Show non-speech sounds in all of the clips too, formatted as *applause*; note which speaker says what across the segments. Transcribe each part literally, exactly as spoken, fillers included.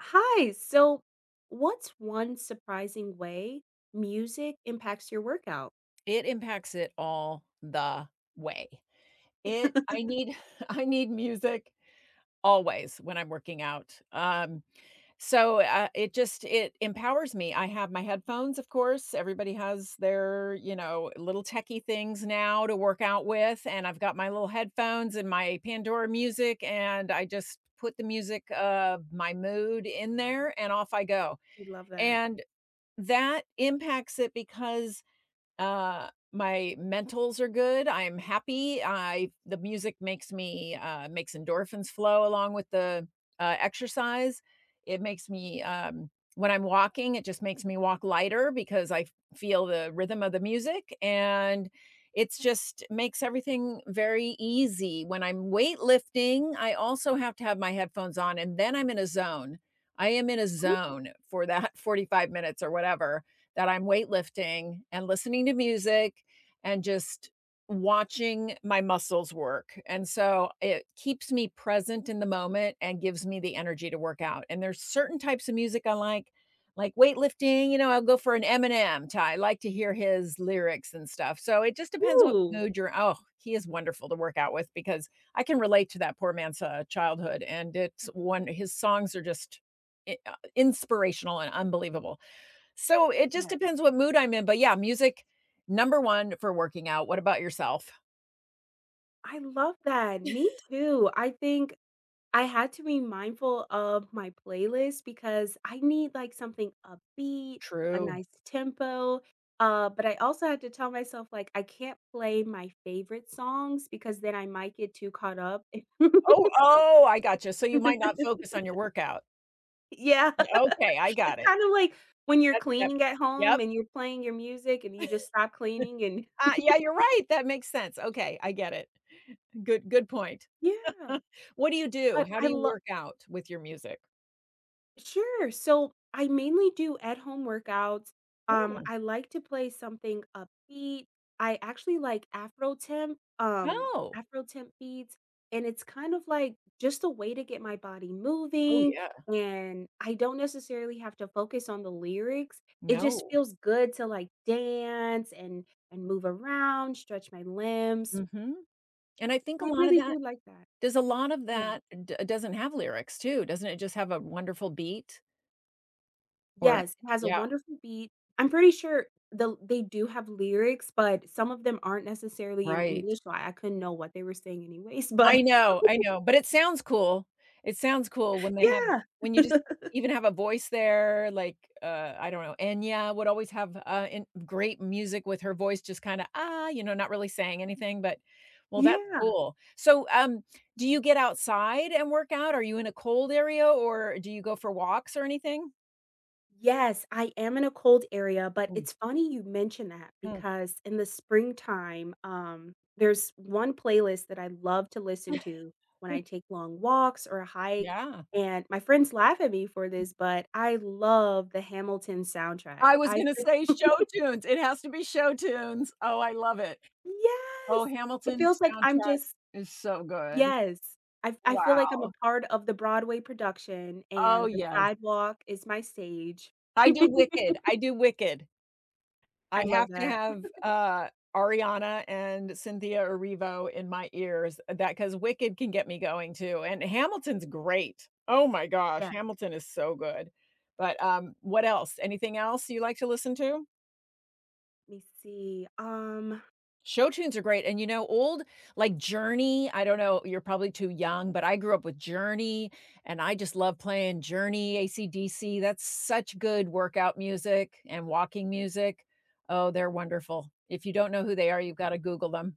Speaker 1: Hi. So, what's one surprising way music impacts your workout?
Speaker 2: It impacts it all the way. It I need *laughs* I need music always when I'm working out. Um, so, uh, it just it empowers me. I have my headphones, of course, everybody has their, you know, little techie things now to work out with, and I've got my little headphones and my Pandora music, and I just put the music of my mood in there, and off I go,
Speaker 1: I love that.
Speaker 2: and that impacts it because uh, my mentals are good, I'm happy, I the music makes me, uh makes endorphins flow along with the, uh, exercise. It makes me, um When I'm walking, it just makes me walk lighter because I f feel the rhythm of the music, and it's just makes everything very easy. When I'm weightlifting, I also have to have my headphones on, and then I'm in a zone. I am in a
Speaker 1: Ooh,
Speaker 2: zone for that *laughs* forty-five minutes or whatever that I'm weightlifting and listening to music and just watching my muscles work. And so it keeps me present in the moment and gives me the energy to work out. And there's certain types of music I like, like weightlifting, you know, I'll go for an Eminem. Ty. I like to hear his lyrics and stuff. So it just depends what
Speaker 1: ooh,
Speaker 2: mood you're oh, he is wonderful to work out with because I can relate to that poor man's uh, childhood and it's one his songs are just i- uh, inspirational and unbelievable. So it just
Speaker 1: yeah.
Speaker 2: depends what mood I'm in, but yeah, music number one for working out. What about yourself?
Speaker 1: I love that. Me too. I think I had to be mindful of my playlist because I need like something upbeat, a
Speaker 2: True.
Speaker 1: nice tempo. Uh, but I also had to tell myself like I can't play my favorite songs because then I might get too caught up. *laughs*
Speaker 2: Oh, oh, I got you. So you might not
Speaker 1: *laughs*
Speaker 2: focus on your workout.
Speaker 1: Yeah.
Speaker 2: Y okay, I
Speaker 1: It's
Speaker 2: got it.
Speaker 1: kind of like when you're
Speaker 2: That that
Speaker 1: cleaning at home
Speaker 2: yep.
Speaker 1: and you're playing your music and you just stop cleaning and
Speaker 2: Ah, yeah, you're right, that makes sense. Okay, I get it. Good good point.
Speaker 1: yeah,
Speaker 2: *laughs* What do you do?
Speaker 1: but
Speaker 2: How
Speaker 1: I
Speaker 2: do you
Speaker 1: love
Speaker 2: work out with your music?
Speaker 1: sure. So I mainly do at-home workouts. Um,
Speaker 2: Oh.
Speaker 1: I like to play something upbeat. I actually like Afro temp, um,
Speaker 2: Oh.
Speaker 1: Afro temp beats, and it's kind of like just a way to get my body
Speaker 2: Oh,
Speaker 1: moving.
Speaker 2: yeah.
Speaker 1: And I don't necessarily have to focus on the lyrics. It just
Speaker 2: No.
Speaker 1: feels good to like dance and and move around, stretch my limbs.
Speaker 2: Mhm. And I think a
Speaker 1: I
Speaker 2: lot of
Speaker 1: really
Speaker 2: that
Speaker 1: do like that.
Speaker 2: does a lot of
Speaker 1: Yeah.
Speaker 2: that d doesn't have lyrics too? Doesn't it just have a wonderful beat? Or
Speaker 1: Yes, it has a
Speaker 2: yeah,
Speaker 1: wonderful beat. I'm pretty sure the they do have lyrics, but some of them aren't necessarily in
Speaker 2: right.
Speaker 1: English, so I I couldn't know what they were saying anyways, but
Speaker 2: I know, I know, but it sounds cool. It sounds cool when
Speaker 1: *laughs*
Speaker 2: they have
Speaker 1: yeah,
Speaker 2: when you just even have a voice there, like, uh, I don't know, Enya would always have, uh, in great music with her voice just kinda, "Ah," you know, not really saying anything, but well, that's
Speaker 1: yeah.
Speaker 2: cool. So, um, do you get outside and work out? Are you in a cold area, or do you go for walks or anything?
Speaker 1: Yes, I am in a cold area, but
Speaker 2: Mm,
Speaker 1: it's funny you mention that
Speaker 2: mm.
Speaker 1: because in the springtime, um, there's one playlist that I love to listen to when I
Speaker 2: *laughs*
Speaker 1: take long walks or a hike,
Speaker 2: Yeah.
Speaker 1: and my friends laugh at me for this, but I love the Hamilton soundtrack.
Speaker 2: I was
Speaker 1: I
Speaker 2: gonna
Speaker 1: could
Speaker 2: say show
Speaker 1: *laughs*
Speaker 2: tunes. It has to be show tunes. Oh, I love it.
Speaker 1: Yes!
Speaker 2: Oh,
Speaker 1: It
Speaker 2: Hamilton's
Speaker 1: feels like I'm
Speaker 2: soundtrack
Speaker 1: just
Speaker 2: is so good.
Speaker 1: yes. I I feel like I'm a
Speaker 2: Wow.
Speaker 1: part of the Broadway production,
Speaker 2: Oh,
Speaker 1: and the
Speaker 2: yes.
Speaker 1: sidewalk is my stage.
Speaker 2: I do
Speaker 1: *laughs*
Speaker 2: Wicked, I do Wicked.
Speaker 1: I
Speaker 2: I
Speaker 1: love
Speaker 2: have to
Speaker 1: that.
Speaker 2: have, uh, Ariana and Cynthia Erivo in my ears uh, That Because Wicked can get me going too, and Hamilton's great. Oh my gosh,
Speaker 1: Yeah,
Speaker 2: Hamilton is so good. But, um, what else? Anything else you like to listen to?
Speaker 1: let me see, um,
Speaker 2: Show tunes are great, and, you know, old like Journey, I don't know, you're probably too young, but I grew up with Journey, and I just love playing Journey, A C/D C, that's such good workout music and walking music. Oh, they're wonderful. If you don't know who they are, you've gotta Google them.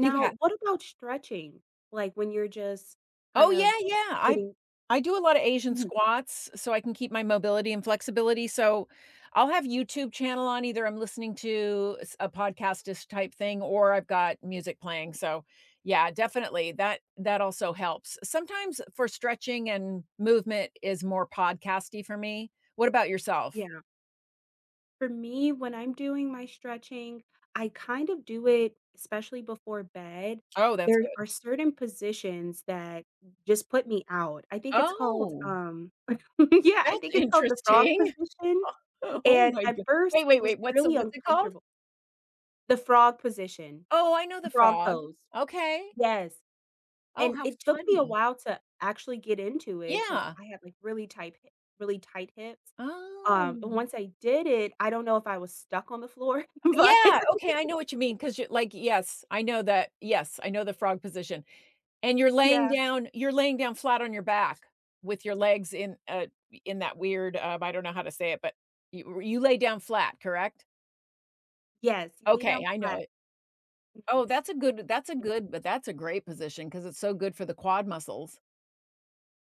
Speaker 2: You have.
Speaker 1: what about stretching? Like, when you're just
Speaker 2: Oh,
Speaker 1: kind
Speaker 2: yeah,
Speaker 1: of
Speaker 2: yeah, I
Speaker 1: getting
Speaker 2: I do a lot of Asian
Speaker 1: mhm,
Speaker 2: squats so I can keep my mobility and flexibility, so I'll have YouTube channel on, either I'm listening to s a podcastist type thing or I've got music playing, so yeah, definitely, that that also helps. Sometimes for stretching and movement is more podcasty for me. What about yourself?
Speaker 1: yeah. For me, when I'm doing my stretching, I kind of do it, especially before bed.
Speaker 2: Oh, that's
Speaker 1: There are
Speaker 2: good.
Speaker 1: certain positions that just put me out. I think it's called,
Speaker 2: Oh,
Speaker 1: um *laughs* yeah, I
Speaker 2: that's
Speaker 1: think it's called the frog
Speaker 2: interesting. *laughs*
Speaker 1: position,
Speaker 2: Oh
Speaker 1: and
Speaker 2: my
Speaker 1: at
Speaker 2: god!
Speaker 1: first,
Speaker 2: wait,
Speaker 1: it
Speaker 2: wait,
Speaker 1: was
Speaker 2: wait, what's the
Speaker 1: really
Speaker 2: what's it called?
Speaker 1: uncomfortable. The frog position,
Speaker 2: Oh, I know
Speaker 1: the
Speaker 2: the
Speaker 1: frog
Speaker 2: frog.
Speaker 1: pose.
Speaker 2: Okay.
Speaker 1: Yes,
Speaker 2: Oh,
Speaker 1: and
Speaker 2: how
Speaker 1: it took me a
Speaker 2: funny.
Speaker 1: while to actually get into it because
Speaker 2: Yeah.
Speaker 1: I had, like, really tight hi really tight hips. Um, and
Speaker 2: Oh.
Speaker 1: once I did it, I don't know if I was stuck on the floor, *laughs* but
Speaker 2: Yeah, okay, I know what you mean 'cause you're like, yes, I know that yes, I know the frog position, and you're laying
Speaker 1: yeah.
Speaker 2: down you're laying down flat on your back with your legs in, uh, in that weird, um, I don't know how to say it, but you you lay down flat, correct?
Speaker 1: Yes, you lay down
Speaker 2: Okay, I know
Speaker 1: flat.
Speaker 2: it.
Speaker 1: Mhm.
Speaker 2: Oh, that's a good that's a
Speaker 1: Yeah,
Speaker 2: good but that's a great position because it's so good for the quad muscles.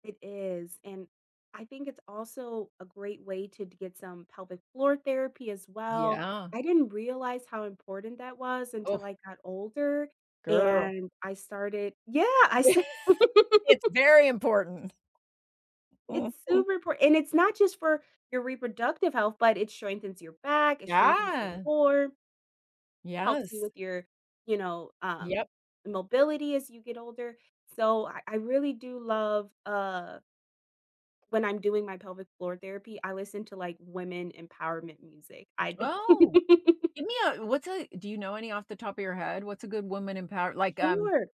Speaker 1: it is, and I think it's also a great way to d get some pelvic floor therapy as well.
Speaker 2: Yeah.
Speaker 1: I didn't realize how important that was until
Speaker 2: Oh,
Speaker 1: I got older,
Speaker 2: girl.
Speaker 1: and I started yeah, I said
Speaker 2: *laughs*
Speaker 1: *laughs*
Speaker 2: It's very important.
Speaker 1: It's super
Speaker 2: *laughs*
Speaker 1: important, and it's not just for your reproductive health, but it strengthens your back, it strengthens your
Speaker 2: Yeah.
Speaker 1: core. Helps you
Speaker 2: Yes.
Speaker 1: with your, you know,
Speaker 2: Yeah.
Speaker 1: um, mobility as you get older. So I, I really do love uh when I'm doing my pelvic floor therapy, I listen to like women empowerment music. I *laughs*
Speaker 2: Oh, give me a what's a do you know any off the top of your head? What's a good woman in power like, um,
Speaker 1: Sure.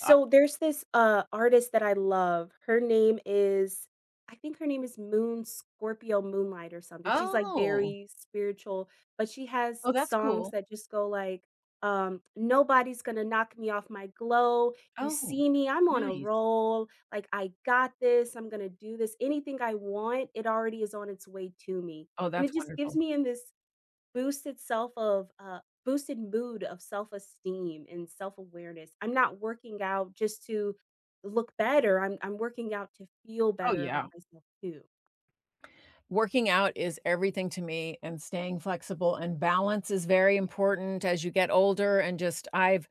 Speaker 2: uh
Speaker 1: there's this uh artist that I love. Her name is I think her name is Moon Scorpio Moonlight or something. She's like
Speaker 2: oh,
Speaker 1: very spiritual, but she has
Speaker 2: oh, that's
Speaker 1: songs
Speaker 2: cool.
Speaker 1: that just go like um nobody's going to knock me off my glow. You
Speaker 2: Oh,
Speaker 1: see me, I'm on a
Speaker 2: nice.
Speaker 1: roll. Like I got this. I'm going to do this. Anything I want, it already is on its way to me.
Speaker 2: Oh,
Speaker 1: And it
Speaker 2: that's
Speaker 1: just gives
Speaker 2: wonderful.
Speaker 1: me in this boosted self of uh boosted mood of self-esteem and self-awareness. I'm not working out just to look better. I'm I'm working out to feel
Speaker 2: Oh,
Speaker 1: better about
Speaker 2: yeah.
Speaker 1: myself too.
Speaker 2: Working out is everything to me and staying flexible and balance is very important as you get older and just I've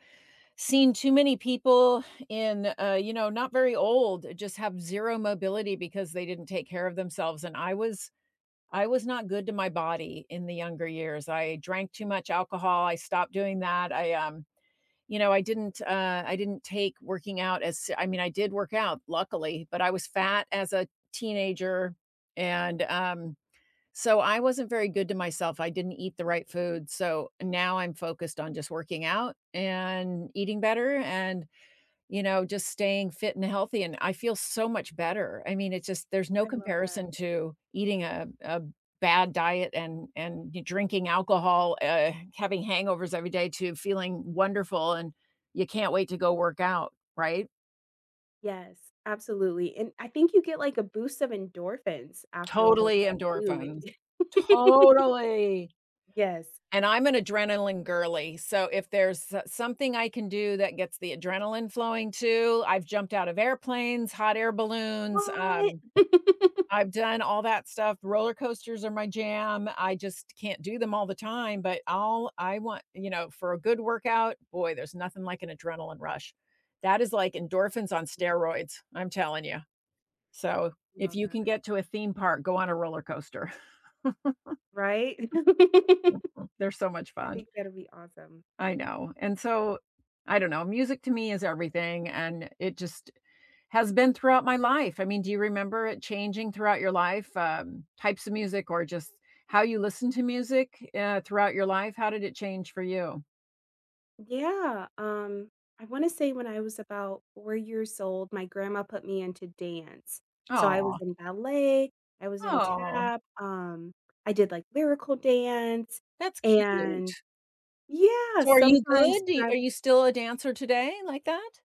Speaker 2: seen too many people in, uh, you know, not very old, just have zero mobility because they didn't take care of themselves, and I was I was not good to my body in the younger years. I drank too much alcohol. I stopped doing that. I, um, you know, I didn't, uh, I didn't take working out as, I mean, I did work out luckily, but I was fat as a teenager. And, um, so I wasn't very good to myself. I didn't eat the right food. So now I'm focused on just working out and eating better and you know, just staying fit and healthy, and I feel so much better. I mean, it's just there's
Speaker 1: I
Speaker 2: no
Speaker 1: love that.
Speaker 2: comparison to eating a a bad diet and and drinking alcohol, uh, having hangovers every day to feeling wonderful, and you can't wait to go work out, right?
Speaker 1: Yes, absolutely. And I think you get like a boost of endorphins after a
Speaker 2: Totally
Speaker 1: workout too.
Speaker 2: endorphins.
Speaker 1: It- *laughs*
Speaker 2: Totally.
Speaker 1: yes.
Speaker 2: And I'm an adrenaline girly, so if there's s something I can do that gets the adrenaline flowing too, I've jumped out of airplanes, hot air balloons,
Speaker 1: What?
Speaker 2: um
Speaker 1: *laughs*
Speaker 2: I've done all that stuff. Roller coasters are my jam. I just can't do them all the time, but all I want you know, for a good workout, boy, there's nothing like an adrenaline rush. That is like endorphins on steroids, I'm telling you. So, if
Speaker 1: Love
Speaker 2: you can
Speaker 1: that.
Speaker 2: get to a theme park, go on a roller coaster.
Speaker 1: Right? *laughs*
Speaker 2: *laughs* They're so much
Speaker 1: I
Speaker 2: fun.
Speaker 1: think that'll be awesome.
Speaker 2: I know, and so, I don't know, music to me is everything, and it just has been throughout my life. I mean, do you remember it changing throughout your life, um, types of music or just how you listen to music, uh, throughout your life? How did it change for you?
Speaker 1: Yeah, um, I wanna say when I was about four years old, my grandma put me into dance. So I was
Speaker 2: Oh,
Speaker 1: in ballet, I was in
Speaker 2: oh,
Speaker 1: tap, um, I did, like, lyrical dance,
Speaker 2: that's
Speaker 1: and
Speaker 2: cute.
Speaker 1: yeah,
Speaker 2: So are you
Speaker 1: sometimes
Speaker 2: good? Do you are
Speaker 1: when
Speaker 2: you still a dancer today like that?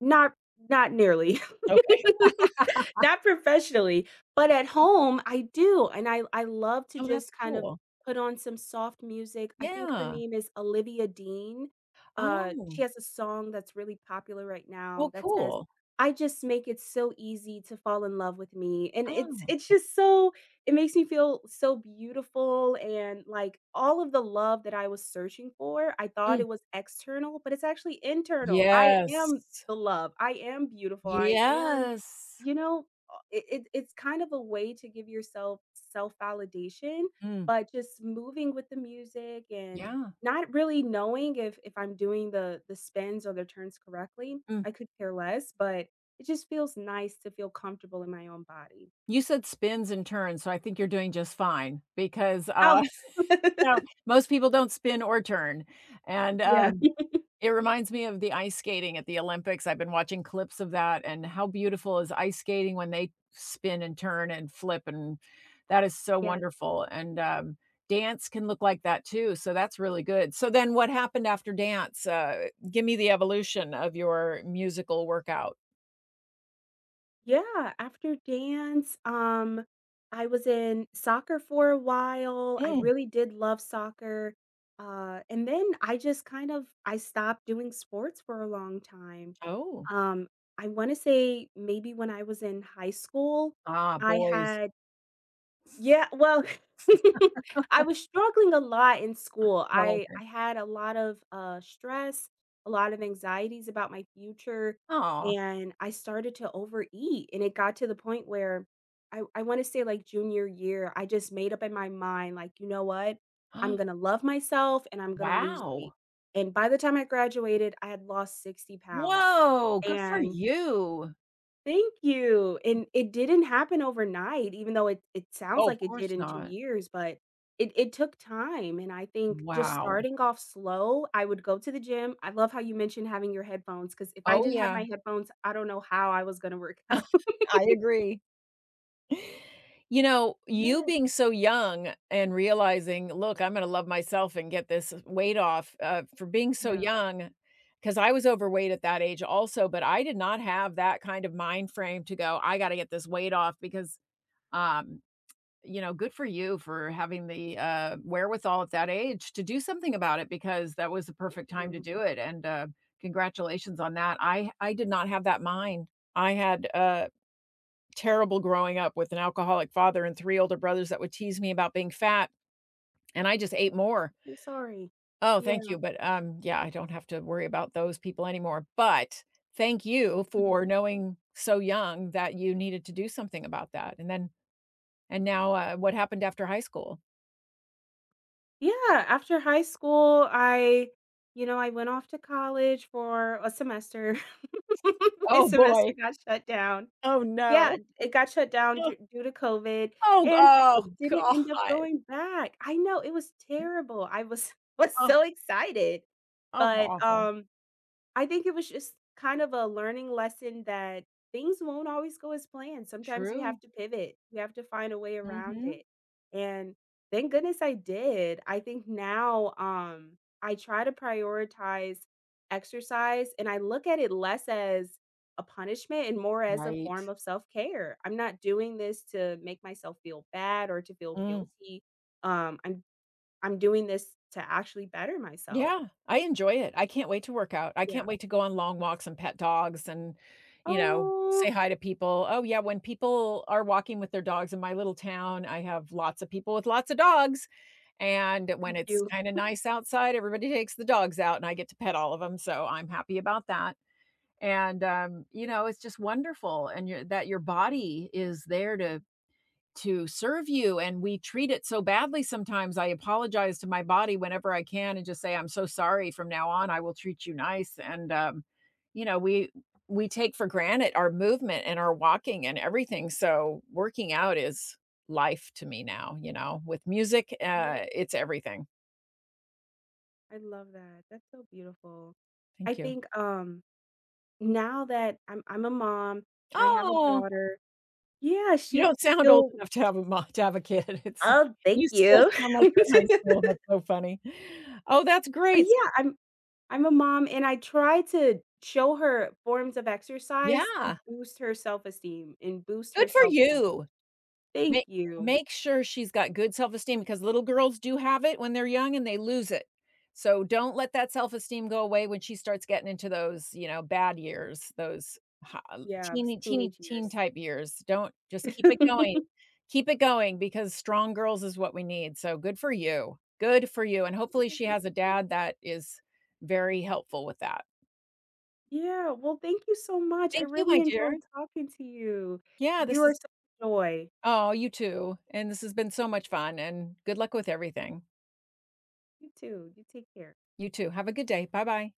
Speaker 1: not not nearly.
Speaker 2: Okay.
Speaker 1: *laughs* Not professionally, but at home, I do, and I I love to
Speaker 2: Oh,
Speaker 1: just
Speaker 2: that's
Speaker 1: kind of
Speaker 2: cool.
Speaker 1: put on some soft music. I think her
Speaker 2: Yeah.
Speaker 1: name is Olivia Dean. Uh,
Speaker 2: Oh.
Speaker 1: she has a song that's really popular right now
Speaker 2: Oh,
Speaker 1: that says,
Speaker 2: cool.
Speaker 1: "I just make it so easy to fall in love with me." And it's
Speaker 2: Oh.
Speaker 1: it's just so it makes me feel so beautiful and like all of the love that I was searching for, I thought
Speaker 2: Mm.
Speaker 1: it was external, but it's actually internal. I
Speaker 2: Yes.
Speaker 1: am the love. I am beautiful. I am,
Speaker 2: Yes.
Speaker 1: you know, uh, it, it it's kind of a way to give yourself self-validation,
Speaker 2: Mm.
Speaker 1: but just moving with the music and
Speaker 2: Yeah.
Speaker 1: not really knowing if if I'm doing the the spins or the turns correctly.
Speaker 2: Mm.
Speaker 1: I could care less, but it just feels nice to feel comfortable in my own body.
Speaker 2: You said spins and turns, so I think you're doing just fine because,
Speaker 1: Oh.
Speaker 2: uh, *laughs*
Speaker 1: *laughs*
Speaker 2: you know, most people don't spin or turn, and,
Speaker 1: Yeah.
Speaker 2: um, it reminds me of the ice skating at the Olympics, I've been watching clips of that, and how beautiful is ice skating when they spin and turn and flip, and that is so
Speaker 1: Yeah.
Speaker 2: wonderful, and, um, dance can look like that too, so that's really good. So then what happened after dance? Uh, give me the evolution of your musical workout.
Speaker 1: Yeah, after dance, um, I was in soccer for a while. I
Speaker 2: Mm.
Speaker 1: really did love soccer. Uh, and then I just kind of I stopped doing sports for a long time.
Speaker 2: Oh.
Speaker 1: Um, I want to say maybe when I was in high school,
Speaker 2: Ah,
Speaker 1: I
Speaker 2: boys.
Speaker 1: had yeah, well, *laughs* I was struggling a lot in school.
Speaker 2: Oh,
Speaker 1: I
Speaker 2: okay.
Speaker 1: I had a lot of, uh, stress, a lot of anxieties about my future,
Speaker 2: Aw.
Speaker 1: and I started to overeat, and it got to the point where I I wanna say, like, junior year, I just made up in my mind, like, "You know what? I'm
Speaker 2: *gasps*
Speaker 1: gonna love myself, and I'm gonna lose weight."
Speaker 2: Wow.
Speaker 1: And by the time I graduated, I had lost sixty pounds,
Speaker 2: Whoa, good for
Speaker 1: and
Speaker 2: you.
Speaker 1: thank you, and it didn't happen overnight, even though it it sounds
Speaker 2: Oh, of
Speaker 1: like it did
Speaker 2: course
Speaker 1: in two
Speaker 2: not.
Speaker 1: years, but it it took time, and I think just
Speaker 2: Wow.
Speaker 1: starting off slow, I would go to the gym. I love how you mentioned having your headphones because if I
Speaker 2: Oh,
Speaker 1: didn't have
Speaker 2: yeah,
Speaker 1: my headphones, I don't know how I was gonna work out. *laughs*
Speaker 2: I agree. You know, you
Speaker 1: Yes,
Speaker 2: being so young and realizing, "Look, I'm gonna love myself and get this weight off," uh, for being so
Speaker 1: yeah,
Speaker 2: young, because I was overweight at that age also, but I did not have that kind of mind frame to go, "I gotta get this weight off," because, um you know, good for you for having the, uh, wherewithal at that age to do something about it because that was the
Speaker 1: thank
Speaker 2: perfect time to
Speaker 1: you.
Speaker 2: do it, and, uh, congratulations on that. I I did not have that mind. I had, uh, terrible growing up with an alcoholic father and three older brothers that would tease me about being fat, and I just ate more.
Speaker 1: I'm sorry.
Speaker 2: Oh, thank
Speaker 1: Yeah,
Speaker 2: you, but, um, yeah, I don't have to worry about those people anymore, but thank you
Speaker 1: mhm.
Speaker 2: for knowing so young that you needed to do something about that, and then and now, uh, what happened after high school?
Speaker 1: Yeah, after high school, I you know, I went off to college for a semester. *laughs* My
Speaker 2: Oh,
Speaker 1: semester
Speaker 2: boy.
Speaker 1: got shut down.
Speaker 2: Oh,
Speaker 1: Yeah,
Speaker 2: no.
Speaker 1: it got shut down d due to COVID,
Speaker 2: Oh,
Speaker 1: and I just
Speaker 2: oh,
Speaker 1: didn't end up
Speaker 2: God.
Speaker 1: going back. I know, it was terrible. I was *laughs* was
Speaker 2: Oh,
Speaker 1: so excited,
Speaker 2: oh, how
Speaker 1: but,
Speaker 2: awful.
Speaker 1: um I think it was just kind of a learning lesson that things won't always go as planned. Sometimes you have
Speaker 2: True.
Speaker 1: to pivot. You have to find a way around it.
Speaker 2: Mhm.
Speaker 1: And thank goodness I did. I think now um I try to prioritize exercise and I look at it less as a punishment and more as a
Speaker 2: Right.
Speaker 1: form of self-care. I'm not doing this to make myself feel bad or to feel
Speaker 2: Mm,
Speaker 1: guilty. Um I'm I'm doing this to actually better myself.
Speaker 2: yeah, I enjoy it. I can't wait to work out. I can't
Speaker 1: Yeah.
Speaker 2: wait to go on long walks and pet dogs and, you know,
Speaker 1: Oh,
Speaker 2: say hi to people. Oh, yeah, when people are walking with their dogs in my little town, I have lots of people with lots of dogs, and when it's
Speaker 1: cute.
Speaker 2: kinda nice outside, everybody takes the dogs out, and I get to pet all of them. So I'm happy about that. And, um, you know, it's just wonderful and your that your body is there to to serve you, and we treat it so badly sometimes. I apologize to my body whenever I can and just say, "I'm so sorry. From now on, I will treat you nice." And, um, you know, we we take for granted our movement and our walking and everything, so working out is life to me now, you know? With music,
Speaker 1: Yeah.
Speaker 2: uh, it's everything.
Speaker 1: I love that. That's so beautiful. I
Speaker 2: Thank you.
Speaker 1: think, um, now that I'm I'm a mom and I have a
Speaker 2: Oh!
Speaker 1: daughter yeah,
Speaker 2: You
Speaker 1: she
Speaker 2: don't sound old
Speaker 1: she'll
Speaker 2: enough to have a mo to have a kid. *laughs* It's
Speaker 1: Oh, thank
Speaker 2: you still
Speaker 1: you.
Speaker 2: sound like you're in high
Speaker 1: *laughs*
Speaker 2: school, that's so funny. Oh, that's
Speaker 1: But
Speaker 2: great. So,
Speaker 1: yeah, I'm I'm a mom and I try to show her forms of exercise to
Speaker 2: yeah,
Speaker 1: boost her self-esteem and boost her
Speaker 2: good for
Speaker 1: self-image.
Speaker 2: you.
Speaker 1: Thank
Speaker 2: Make
Speaker 1: you.
Speaker 2: make sure she's got good self-esteem because little girls do have it when they're young and they lose it. So don't let that self-esteem go away when she starts getting into those, you know, bad years, those ho
Speaker 1: Yeah, it was
Speaker 2: teeny, teeny,
Speaker 1: teenage
Speaker 2: teen
Speaker 1: years.
Speaker 2: type years. Don't just keep it going.
Speaker 1: *laughs*
Speaker 2: Keep it going because strong girls is what we need. So good for you. Good for you, and hopefully she has a
Speaker 1: Absolutely.
Speaker 2: dad that is very helpful with that.
Speaker 1: Yeah, well, thank you so much. I
Speaker 2: Thank you,
Speaker 1: really
Speaker 2: my
Speaker 1: enjoyed
Speaker 2: dear.
Speaker 1: talking to you.
Speaker 2: Yeah,
Speaker 1: You
Speaker 2: this
Speaker 1: are
Speaker 2: is
Speaker 1: such a joy.
Speaker 2: Oh, you too, and this has been so much fun, and good luck with everything.
Speaker 1: You too. You take care.
Speaker 2: You too. Have a good day. Bye bye.